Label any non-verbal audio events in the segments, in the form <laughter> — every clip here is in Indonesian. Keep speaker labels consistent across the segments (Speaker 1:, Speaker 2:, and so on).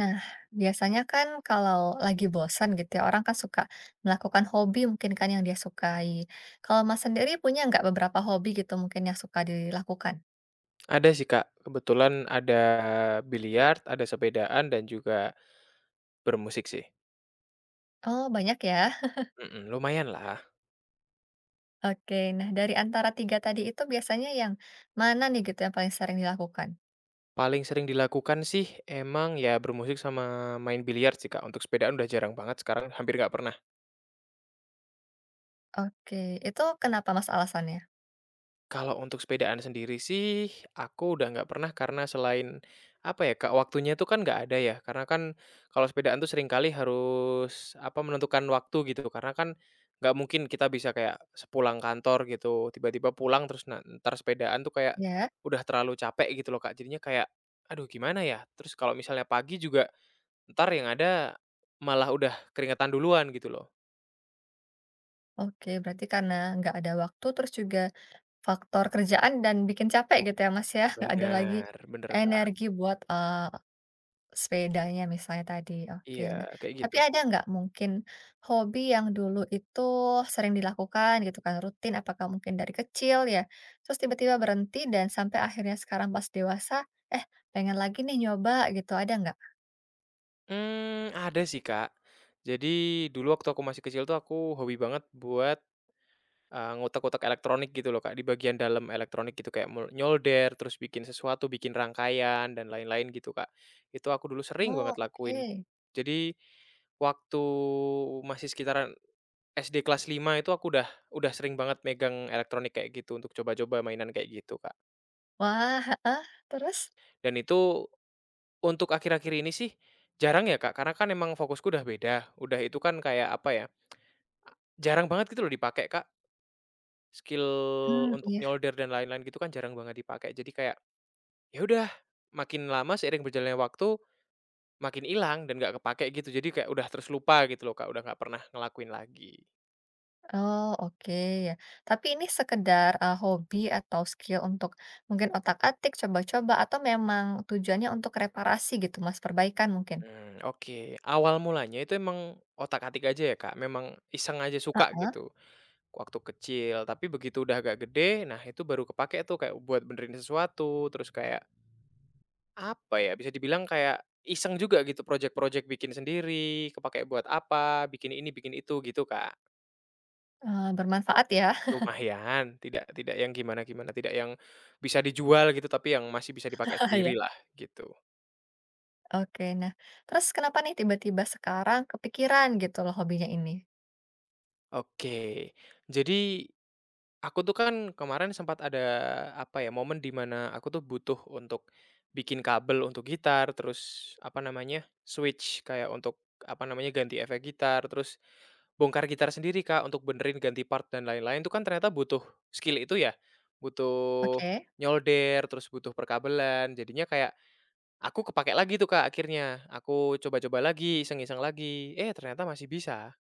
Speaker 1: Nah, biasanya kan kalau lagi bosan gitu ya, orang kan suka melakukan hobi mungkin kan yang dia sukai. Kalau Mas sendiri punya nggak beberapa hobi gitu mungkin yang suka dilakukan?
Speaker 2: Ada sih, Kak. Kebetulan ada biliar, ada sepedaan, dan juga bermusik sih.
Speaker 1: Oh, banyak ya.
Speaker 2: Mhm, lumayan lah.
Speaker 1: Oke, nah dari antara tiga tadi itu biasanya yang mana nih gitu yang paling sering dilakukan?
Speaker 2: Paling sering dilakukan sih emang ya bermusik sama main biliar sih, Kak. Untuk sepedaan udah jarang banget sekarang, hampir nggak pernah.
Speaker 1: Oke, itu kenapa Mas alasannya?
Speaker 2: Kalau untuk sepedaan sendiri sih, aku udah nggak pernah karena selain, apa ya Kak, waktunya itu kan nggak ada ya, karena kan kalau sepedaan tuh seringkali harus, apa, menentukan waktu gitu, karena kan nggak mungkin kita bisa kayak sepulang kantor gitu, tiba-tiba pulang terus na entar sepedaan tuh kayak
Speaker 1: Ya,
Speaker 2: udah terlalu capek gitu loh Kak, jadinya kayak, aduh gimana ya? Terus kalau misalnya pagi juga ntar yang ada malah udah keringetan duluan gitu loh.
Speaker 1: oke, berarti karena nggak ada waktu terus juga faktor kerjaan dan bikin capek gitu ya Mas ya, nggak ada lagi
Speaker 2: Bener bener Kak,
Speaker 1: energi buat Sepedanya misalnya tadi, oke.
Speaker 2: iya
Speaker 1: Nah,
Speaker 2: kayak
Speaker 1: tapi
Speaker 2: gitu.
Speaker 1: ada nggak mungkin hobi yang dulu itu sering dilakukan gitu kan, rutin, apakah mungkin dari kecil ya, terus tiba-tiba berhenti dan sampai akhirnya sekarang pas dewasa, eh, pengen lagi nih nyoba gitu, ada nggak?
Speaker 2: Ada sih, Kak. Jadi, dulu waktu aku masih kecil tuh aku hobi banget buat ngutak-ngutak elektronik gitu loh, Kak, di bagian dalam elektronik gitu, kayak nyolder, terus bikin sesuatu, bikin rangkaian, dan lain-lain gitu, Kak. Itu aku dulu sering
Speaker 1: Oh,
Speaker 2: banget
Speaker 1: oke.
Speaker 2: lakuin. Jadi, waktu masih sekitaran SD kelas 5 itu aku udah sering banget megang elektronik kayak gitu, untuk coba-coba mainan kayak gitu, Kak.
Speaker 1: Wah, heeh, terus?
Speaker 2: Dan itu untuk akhir-akhir ini sih jarang ya, Kak, karena kan emang fokusku udah beda, udah itu kan kayak apa ya. Jarang banget gitu loh dipakai, Kak. Skill
Speaker 1: Hmm,
Speaker 2: untuk
Speaker 1: iya.
Speaker 2: nyolder dan lain-lain gitu kan jarang banget dipakai. Jadi kayak, ya udah makin lama seiring berjalannya waktu, makin hilang dan nggak kepakai gitu. Jadi kayak udah terus lupa gitu loh, Kak, udah nggak pernah ngelakuin lagi.
Speaker 1: Oh, oke ya. Tapi ini sekedar, hobi atau skill untuk mungkin otak-atik, coba-coba, atau memang tujuannya untuk reparasi gitu, Mas, perbaikan mungkin?
Speaker 2: Oke. Awal mulanya itu emang otak-atik aja ya, Kak, memang iseng aja suka
Speaker 1: Heeh.
Speaker 2: gitu waktu kecil. Tapi begitu udah agak gede, nah itu baru kepakai tuh kayak buat benerin sesuatu, terus kayak. Apa ya, bisa dibilang kayak iseng juga gitu projek-projek bikin sendiri, kepakai buat apa, bikin ini, bikin itu gitu, Kak.
Speaker 1: Bermanfaat ya.
Speaker 2: Lumayan, tidak tidak yang gimana-gimana, tidak yang bisa dijual gitu, tapi yang masih bisa dipakai
Speaker 1: <laughs> Iya.
Speaker 2: sendiri lah gitu.
Speaker 1: Oke, nah terus kenapa nih tiba-tiba sekarang kepikiran gitu loh hobinya ini?
Speaker 2: Oke, jadi aku tuh kan kemarin sempat ada, apa ya, momen di mana aku tuh butuh untuk bikin kabel untuk gitar, terus, apa namanya, switch kayak untuk, apa namanya, ganti efek gitar, terus bongkar gitar sendiri, Kak, untuk benerin ganti part dan lain-lain. Tuh kan ternyata butuh skill itu ya, butuh
Speaker 1: Oke.
Speaker 2: nyolder, terus butuh perkabelan, jadinya kayak aku kepakai lagi tuh, Kak, akhirnya. Aku coba-coba lagi, iseng-iseng lagi, eh ternyata masih bisa.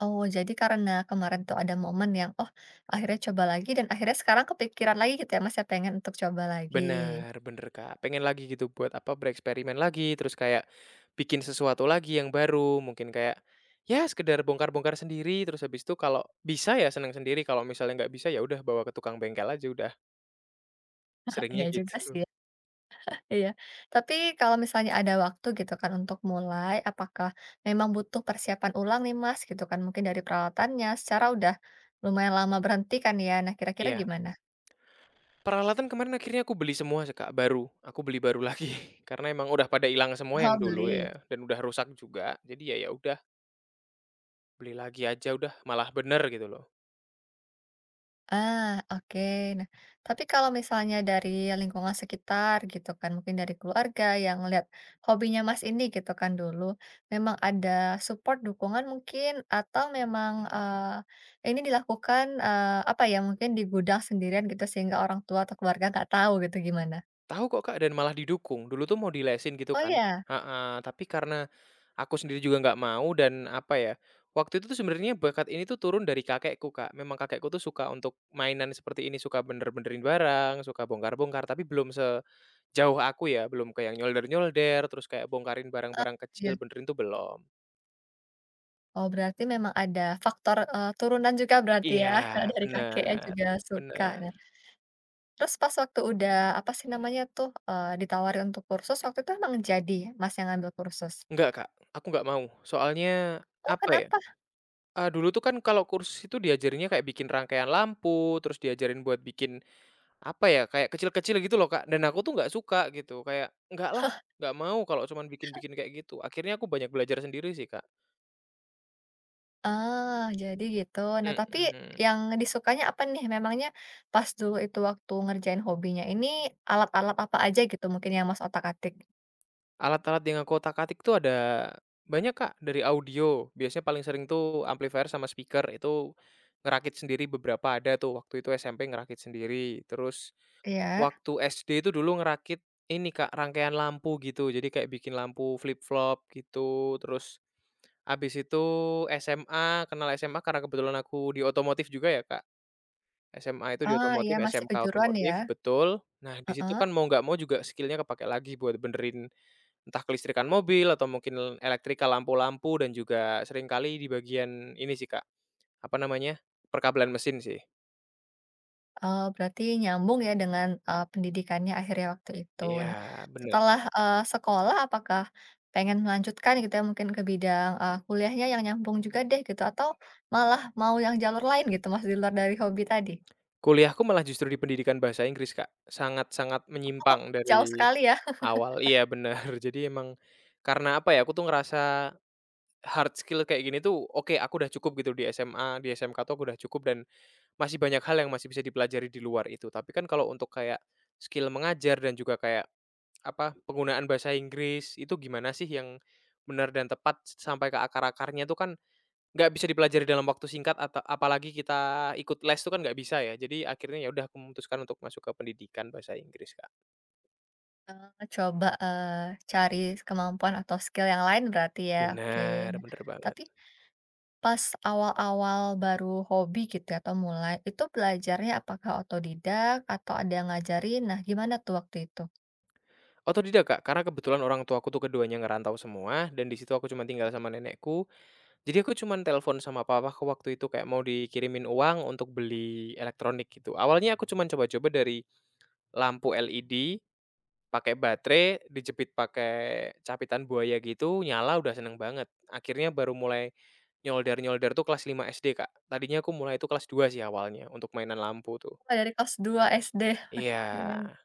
Speaker 1: Oh, jadi karena kemarin tuh ada momen yang, oh akhirnya coba lagi dan akhirnya sekarang kepikiran lagi gitu ya Mas ya pengen untuk coba lagi.
Speaker 2: Bener bener, Kak. Pengen lagi gitu buat apa, bereksperimen lagi, terus kayak bikin sesuatu lagi yang baru, mungkin kayak, ya sekedar bongkar-bongkar sendiri, terus habis itu kalau bisa ya seneng sendiri, kalau misalnya nggak bisa, ya udah bawa ke tukang bengkel aja udah,
Speaker 1: <laughs> He
Speaker 2: seringnya
Speaker 1: iya juga sih
Speaker 2: gitu.
Speaker 1: ya. Iya. Tapi kalau misalnya ada waktu gitu kan untuk mulai, apakah memang butuh persiapan ulang nih Mas gitu kan mungkin dari peralatannya secara udah lumayan lama berhenti kan ya. Nah kira-kira
Speaker 2: Iya.
Speaker 1: gimana?
Speaker 2: Peralatan kemarin akhirnya aku beli semua sih, Kak, baru. Aku beli baru lagi, <laughs> karena emang udah pada hilang semua
Speaker 1: Oh
Speaker 2: yang dulu
Speaker 1: beli.
Speaker 2: ya, dan udah rusak juga, jadi ya ya udah, beli lagi aja udah, malah bener gitu loh.
Speaker 1: Ah, oke. Nah, tapi kalau misalnya dari lingkungan sekitar gitu kan, mungkin dari keluarga yang lihat hobinya Mas ini gitu kan dulu, memang ada support dukungan mungkin atau memang ini dilakukan apa ya mungkin di gudang sendirian gitu sehingga orang tua atau keluarga nggak tahu gitu gimana?
Speaker 2: Tahu kok, Kak, dan malah didukung. Dulu tuh mau dilesin gitu
Speaker 1: Oh
Speaker 2: kan,
Speaker 1: ya,
Speaker 2: heeh, tapi karena aku sendiri juga nggak mau dan apa ya, waktu itu tuh sebenarnya bakat ini tuh turun dari kakekku, Kak. Memang kakekku tuh suka untuk mainan seperti ini, suka bener-benerin barang, suka bongkar-bongkar, tapi belum sejauh aku ya, belum kayak nyolder-nyolder, terus kayak bongkarin barang-barang
Speaker 1: ya.
Speaker 2: kecil, benerin tuh belum.
Speaker 1: Oh berarti memang ada faktor turunan juga berarti ya
Speaker 2: Iya,
Speaker 1: <laughs> dari
Speaker 2: bener
Speaker 1: kakeknya juga suka.
Speaker 2: bener.
Speaker 1: Terus pas waktu udah, apa sih namanya tuh, ditawarin untuk kursus, waktu itu emang jadi Mas yang ngambil kursus?
Speaker 2: Enggak, Kak, aku nggak mau. Soalnya
Speaker 1: Oh
Speaker 2: apa ya.
Speaker 1: kenapa?
Speaker 2: Ah dulu tuh kan kalau kursus itu diajarinnya kayak bikin rangkaian lampu, terus diajarin buat bikin, apa ya, kayak kecil-kecil gitu loh, Kak, dan aku tuh nggak suka gitu, kayak, "Enggak lah, nggak mau kalau cuman bikin-bikin kayak gitu." Akhirnya aku banyak belajar sendiri sih, Kak.
Speaker 1: Oh jadi gitu. Nah tapi
Speaker 2: Mhm.
Speaker 1: yang disukanya apa nih? Memangnya pas dulu itu waktu ngerjain hobinya ini, alat-alat apa aja gitu mungkin yang Mas otak-atik?
Speaker 2: Alat-alat yang aku otak-atik tuh ada banyak, Kak, dari audio, biasanya paling sering tuh amplifier sama speaker, itu ngerakit sendiri beberapa ada tuh, waktu itu SMP ngerakit sendiri, terus.
Speaker 1: Iya.
Speaker 2: Waktu SD itu dulu ngerakit ini Kak, rangkaian lampu gitu. Jadi kayak bikin lampu flip-flop gitu, terus abis itu SMA, kenal SMA karena kebetulan aku di otomotif juga ya Kak. SMA itu di
Speaker 1: Oh iya
Speaker 2: otomotif,
Speaker 1: masih
Speaker 2: SMK
Speaker 1: kejuruan ya?
Speaker 2: otomotif, betul. Nah di situ
Speaker 1: Heeh.
Speaker 2: kan mau nggak mau juga skillnya kepakai lagi buat benerin entah kelistrikan mobil atau mungkin elektrika lampu-lampu dan juga seringkali di bagian ini sih Kak, apa namanya, perkabelan mesin sih.
Speaker 1: Oh, berarti nyambung ya dengan, pendidikannya akhirnya waktu itu.
Speaker 2: Iya,
Speaker 1: Nah, mhm,
Speaker 2: bener.
Speaker 1: setelah, sekolah apakah pengen melanjutkan gitu ya mungkin ke bidang, kuliahnya yang nyambung juga deh gitu atau malah mau yang jalur lain gitu, Mas, di luar dari hobi tadi?
Speaker 2: Kuliahku malah justru di pendidikan bahasa Inggris, Kak, sangat-sangat
Speaker 1: Oh,
Speaker 2: menyimpang
Speaker 1: jauh
Speaker 2: dari
Speaker 1: sekali ya,
Speaker 2: awal iya bener. <laughs> Jadi emang karena apa ya, aku tuh ngerasa hard skill kayak gini tuh oke aku udah cukup gitu di SMA, di SMK tuh aku udah cukup dan masih banyak hal yang masih bisa dipelajari di luar itu. Tapi kan kalau untuk kayak skill mengajar dan juga kayak apa, penggunaan bahasa Inggris itu gimana sih yang benar dan tepat sampai ke akar-akarnya tuh kan. Nggak bisa dipelajari dalam waktu singkat atau apalagi kita ikut les itu kan nggak bisa ya. Jadi akhirnya ya udah aku memutuskan untuk masuk ke pendidikan bahasa Inggris, Kak.
Speaker 1: coba, cari kemampuan atau skill yang lain berarti ya, oke.
Speaker 2: Bener,
Speaker 1: Nah,
Speaker 2: bener banget.
Speaker 1: tapi pas awal-awal baru hobi gitu ya atau mulai, itu belajarnya apakah otodidak atau ada yang ngajarin? Nah, gimana tuh waktu itu?
Speaker 2: Otodidak, Kak, karena kebetulan orang tuaku tuh keduanya ngerantau semua dan di situ aku cuma tinggal sama nenekku. Jadi aku cuma telepon sama papaku waktu itu kayak mau dikirimin uang untuk beli elektronik gitu. Awalnya aku cuma coba-coba dari lampu LED. Pakai baterai, dijepit pakai capitan buaya gitu, nyala udah seneng banget. Akhirnya baru mulai nyolder-nyolder tuh kelas 5 SD, Kak. Tadinya aku mulai itu kelas 2 sih awalnya untuk mainan lampu tuh.
Speaker 1: Oh, dari kelas 2 SD, mhm.
Speaker 2: Iya,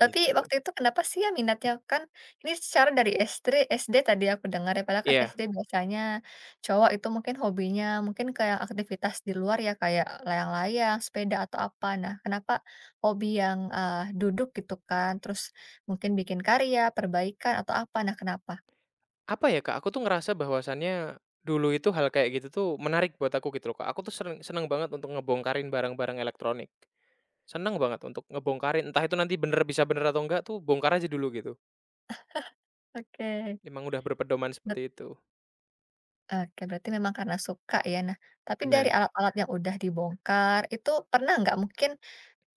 Speaker 1: Tapi
Speaker 2: gitu.
Speaker 1: waktu itu kenapa sih ya minatnya kan ini secara dari SD SD tadi aku dengar ya, padahal kan
Speaker 2: Iya,
Speaker 1: SD biasanya cowok itu mungkin hobinya mungkin kayak aktivitas di luar ya, kayak layang-layang, sepeda atau apa. Nah, kenapa hobi yang, duduk gitu kan, terus mungkin bikin karya, perbaikan atau apa, nah kenapa?
Speaker 2: apa ya, Kak, aku tuh ngerasa bahwasannya dulu itu hal kayak gitu tuh menarik buat aku gitu loh, Kak. Aku tuh seneng banget untuk ngebongkarin barang-barang elektronik. Seneng banget untuk ngebongkarin, entah itu nanti bener bisa bener atau enggak tuh bongkar aja dulu gitu.
Speaker 1: Oke,
Speaker 2: Emang udah berpedoman
Speaker 1: bet
Speaker 2: seperti itu.
Speaker 1: oke, berarti memang karena suka ya. Nah, tapi dari
Speaker 2: Benar.
Speaker 1: alat-alat yang udah dibongkar, itu pernah nggak mungkin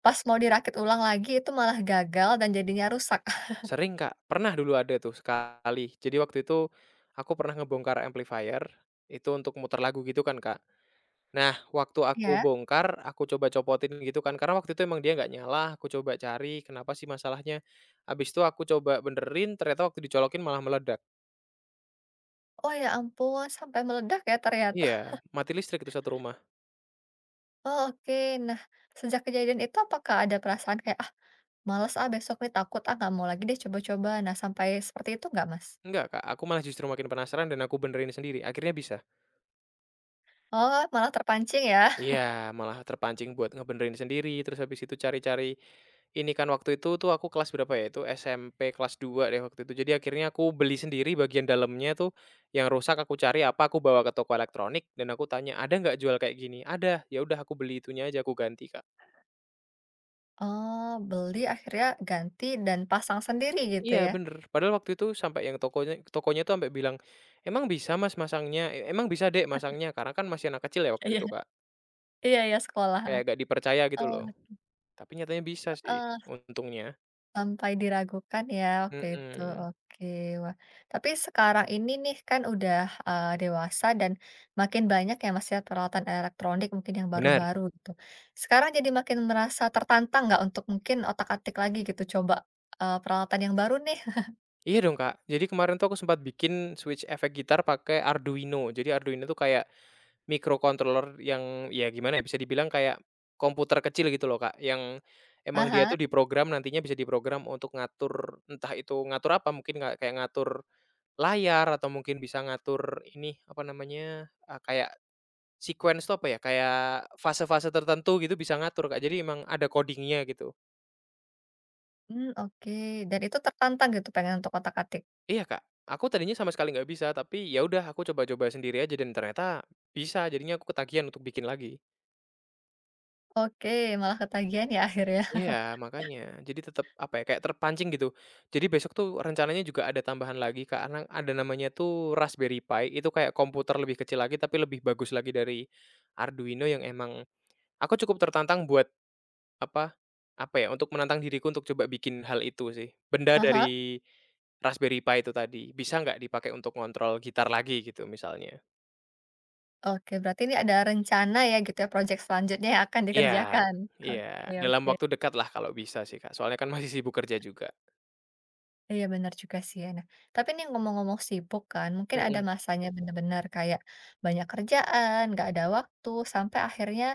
Speaker 1: pas mau dirakit ulang lagi itu malah gagal dan jadinya rusak. <laughs>
Speaker 2: Sering, Kak. Pernah dulu ada tuh sekali. Jadi waktu itu aku pernah ngebongkar amplifier, itu untuk muter lagu gitu kan, Kak. Nah, waktu aku
Speaker 1: Ya.
Speaker 2: bongkar, aku coba copotin gitu kan, karena waktu itu emang dia nggak nyala, aku coba cari kenapa sih masalahnya. Habis itu aku coba benerin, ternyata waktu dicolokin malah meledak.
Speaker 1: Oh ya ampun sampai meledak ya ternyata.
Speaker 2: Iya, mati listrik itu satu rumah.
Speaker 1: <laughs> Oh oke. Nah, sejak kejadian itu apakah ada perasaan kayak, "Ah males ah besok nih takut ah nggak mau lagi deh coba-coba." Nah sampai seperti itu nggak, Mas?
Speaker 2: Enggak, Kak, aku malah justru makin penasaran dan aku benerin sendiri, akhirnya bisa.
Speaker 1: Oh malah terpancing ya? <laughs>
Speaker 2: Iya, malah terpancing buat ngebenerin sendiri, terus habis itu cari-cari, ini kan waktu itu tuh aku kelas berapa ya, itu SMP kelas 2 deh waktu itu. Jadi akhirnya aku beli sendiri bagian dalamnya tuh, yang rusak aku cari apa, aku bawa ke toko elektronik dan aku tanya, "Ada nggak jual kayak gini?" "Ada." Ya udah aku beli itunya aja, aku ganti, Kak.
Speaker 1: Oh beli akhirnya ganti dan pasang sendiri gitu
Speaker 2: Iya
Speaker 1: ya?
Speaker 2: bener, padahal waktu itu sampai yang tokonya tokonya tuh sampai bilang, "Emang bisa Mas masangnya? Emang bisa Dek masangnya?" Karena kan masih anak kecil ya waktu
Speaker 1: Iya.
Speaker 2: itu, Kak.
Speaker 1: Iya ya sekolah, heeh.
Speaker 2: Kayak gak dipercaya gitu loh, tapi nyatanya bisa sih
Speaker 1: Heeh.
Speaker 2: untungnya.
Speaker 1: Sampai diragukan ya waktu itu,
Speaker 2: Mhm.
Speaker 1: oke. Wah, tapi sekarang ini nih kan udah, dewasa dan makin banyak ya, Mas, ya, peralatan elektronik mungkin yang
Speaker 2: Benar.
Speaker 1: baru-baru gitu. Sekarang jadi makin merasa tertantang nggak untuk mungkin otak-atik lagi gitu coba, peralatan yang baru nih? <laughs>
Speaker 2: Iya dong, Kak. Jadi kemarin tuh aku sempat bikin switch efek gitar pakai Arduino. Jadi Arduino tuh kayak microcontroller yang ya gimana ya, bisa dibilang kayak komputer kecil gitu loh, Kak, yang emang dia
Speaker 1: Aha,
Speaker 2: tuh diprogram nantinya bisa diprogram untuk ngatur entah itu ngatur apa, mungkin nggak kayak ngatur layar atau mungkin bisa ngatur ini, apa namanya, kayak sequence tuh apa ya, kayak fase-fase tertentu gitu bisa ngatur, Kak. Jadi emang ada codingnya gitu.
Speaker 1: hmm, oke, dan itu tertantang gitu pengen untuk otak-atik?
Speaker 2: Iya, Kak. Aku tadinya sama sekali nggak bisa, tapi ya udah aku coba-coba sendiri aja dan ternyata bisa, jadinya aku ketagihan untuk bikin lagi.
Speaker 1: Oke, malah ketagihan ya akhirnya? <laughs>
Speaker 2: Iya, makanya. Jadi tetap, apa ya, kayak terpancing gitu. Jadi besok tuh rencananya juga ada tambahan lagi, Kak, karena ada namanya tuh Raspberry Pi, itu kayak komputer lebih kecil lagi tapi lebih bagus lagi dari Arduino yang emang aku cukup tertantang buat, apa apa ya, untuk menantang diriku untuk coba bikin hal itu sih. Benda
Speaker 1: Aha,
Speaker 2: dari Raspberry Pi itu tadi, bisa nggak dipakai untuk ngontrol gitar lagi gitu misalnya.
Speaker 1: oke berarti ini ada rencana ya gitu ya proyek selanjutnya yang akan
Speaker 2: Iya
Speaker 1: dikerjakan?
Speaker 2: iya,
Speaker 1: Oke
Speaker 2: dalam
Speaker 1: oke.
Speaker 2: waktu dekat lah kalau bisa sih, Kak, soalnya kan masih sibuk kerja juga.
Speaker 1: Iya benar juga sih ya. Nah, tapi nih ngomong-ngomong sibuk kan, mungkin ada
Speaker 2: Mhm,
Speaker 1: masanya benar-benar kayak banyak kerjaan, nggak ada waktu, sampai akhirnya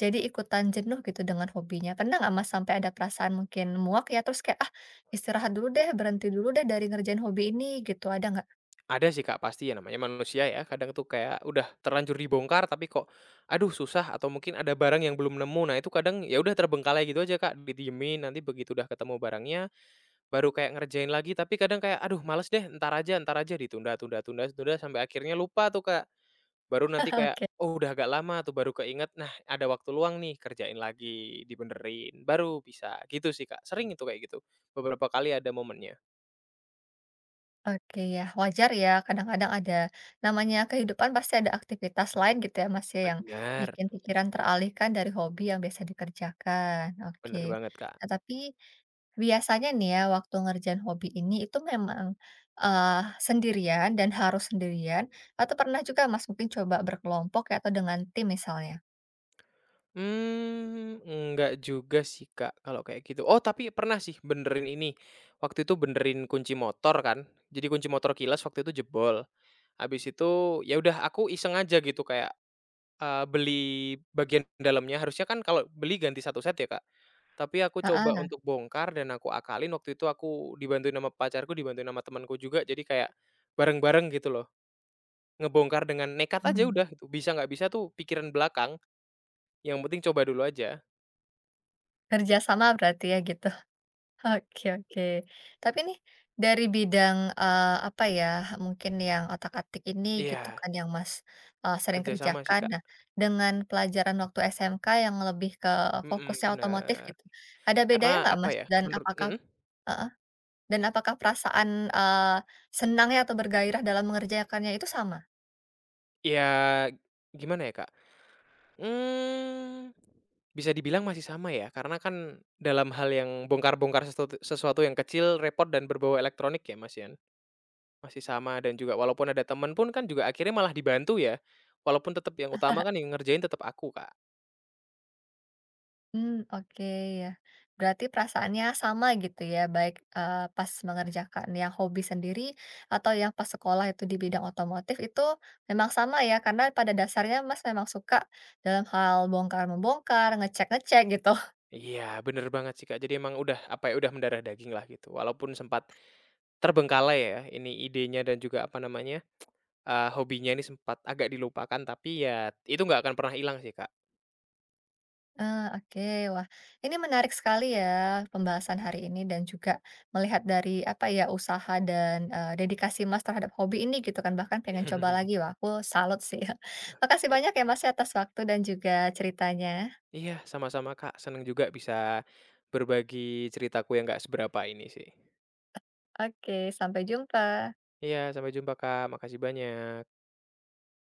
Speaker 1: jadi ikutan jenuh gitu dengan hobinya. Pernah nggak Mas sampai ada perasaan mungkin muak ya, terus kayak, "Ah, istirahat dulu deh, berhenti dulu deh dari ngerjain hobi ini," gitu, ada nggak?
Speaker 2: ada sih, Kak, pasti ya namanya manusia ya, kadang tuh kayak udah terlanjur dibongkar tapi kok, aduh susah atau mungkin ada barang yang belum nemu. Nah itu kadang ya udah terbengkalai gitu aja, Kak, didiemin, nanti begitu udah ketemu barangnya, baru kayak ngerjain lagi, tapi kadang kayak, aduh males deh, entar aja, ditunda tunda tunda tunda sampai akhirnya lupa tuh, Kak. Baru nanti
Speaker 1: <laughs>
Speaker 2: kayak,
Speaker 1: Oke.
Speaker 2: oh udah agak lama tuh baru keinget, nah ada waktu luang nih kerjain lagi, dibenerin, baru bisa, gitu sih Kak, sering itu kayak gitu, beberapa kali ada momennya.
Speaker 1: Oke ya, wajar ya kadang-kadang ada namanya kehidupan pasti ada aktivitas lain gitu ya Mas ya, yang
Speaker 2: Bener,
Speaker 1: bikin pikiran teralihkan dari hobi yang biasa dikerjakan, oke.
Speaker 2: bener banget Kak.
Speaker 1: Nah tapi biasanya nih ya waktu ngerjain hobi ini itu memang, eee, sendirian dan harus sendirian atau pernah juga Mas mungkin coba berkelompok ya atau dengan tim misalnya?
Speaker 2: Enggak juga sih Kak, kalau kayak gitu. Oh tapi pernah sih benerin ini, waktu itu benerin kunci motor kan, jadi kunci motor kilas waktu itu jebol, habis itu ya udah aku iseng aja gitu kayak, beli bagian dalamnya, harusnya kan kalau beli ganti satu set ya Kak. Tapi aku coba
Speaker 1: Heeh,
Speaker 2: untuk bongkar dan aku akalin waktu itu aku dibantuin sama pacarku, dibantuin sama temanku juga, jadi kayak bareng-bareng gitu loh, ngebongkar dengan nekat aja
Speaker 1: mmm,
Speaker 2: udah itu, bisa nggak bisa tuh pikiran belakang, yang penting coba dulu aja.
Speaker 1: kerja berarti ya gitu. <laughs> Oke oke. Tapi nih dari bidang, apa ya, mungkin yang otak-atik ini gitu
Speaker 2: Iya,
Speaker 1: kan yang Mas, sering
Speaker 2: kerjasama sih,
Speaker 1: kerjakan.
Speaker 2: Kak.
Speaker 1: Nah dengan pelajaran waktu SMK yang lebih ke
Speaker 2: Mhm,
Speaker 1: fokusnya otomotif
Speaker 2: bener.
Speaker 1: gitu, ada
Speaker 2: Karena
Speaker 1: bedanya nggak
Speaker 2: apa
Speaker 1: Mas?
Speaker 2: ya, menurut mhm?
Speaker 1: Dan apakah perasaan, senangnya atau bergairah dalam mengerjakannya itu sama?
Speaker 2: Ya gimana ya, Kak, mmm, bisa dibilang masih sama ya, karena kan dalam hal yang bongkar-bongkar sesuatu sesuatu yang kecil, repot dan berbau elektronik ya, Mas, ya? Masih sama dan juga walaupun ada temen pun kan juga akhirnya malah dibantu ya, walaupun tetap yang utama kan yang ngerjain tetap aku, Kak.
Speaker 1: Hmm, oke ya. Berarti perasaannya sama gitu ya, baik, pas mengerjakan yang hobi sendiri atau yang pas sekolah itu di bidang otomotif itu memang sama ya, karena pada dasarnya Mas memang suka dalam hal bongkar-membongkar, ngecek-ngecek gitu.
Speaker 2: Iya, bener banget sih, Kak. Jadi emang udah, apa ya, udah mendarah daging lah gitu, walaupun sempat terbengkalai ya ini idenya dan juga, apa namanya, hobinya ini sempat agak dilupakan tapi ya itu nggak akan pernah hilang sih, Kak.
Speaker 1: Ah, oke. Wah, ini menarik sekali ya pembahasan hari ini dan juga melihat dari apa ya usaha dan dedikasi Mas terhadap hobi ini gitu kan bahkan pengen coba lagi.
Speaker 2: <laughs>
Speaker 1: Wah, aku salut sih. <laughs> Makasih banyak ya Mas ya atas waktu dan juga ceritanya.
Speaker 2: Iya, sama-sama, Kak, seneng juga bisa berbagi ceritaku yang nggak seberapa ini sih.
Speaker 1: Oke, sampai jumpa.
Speaker 2: Iya, sampai jumpa, Kak, makasih banyak.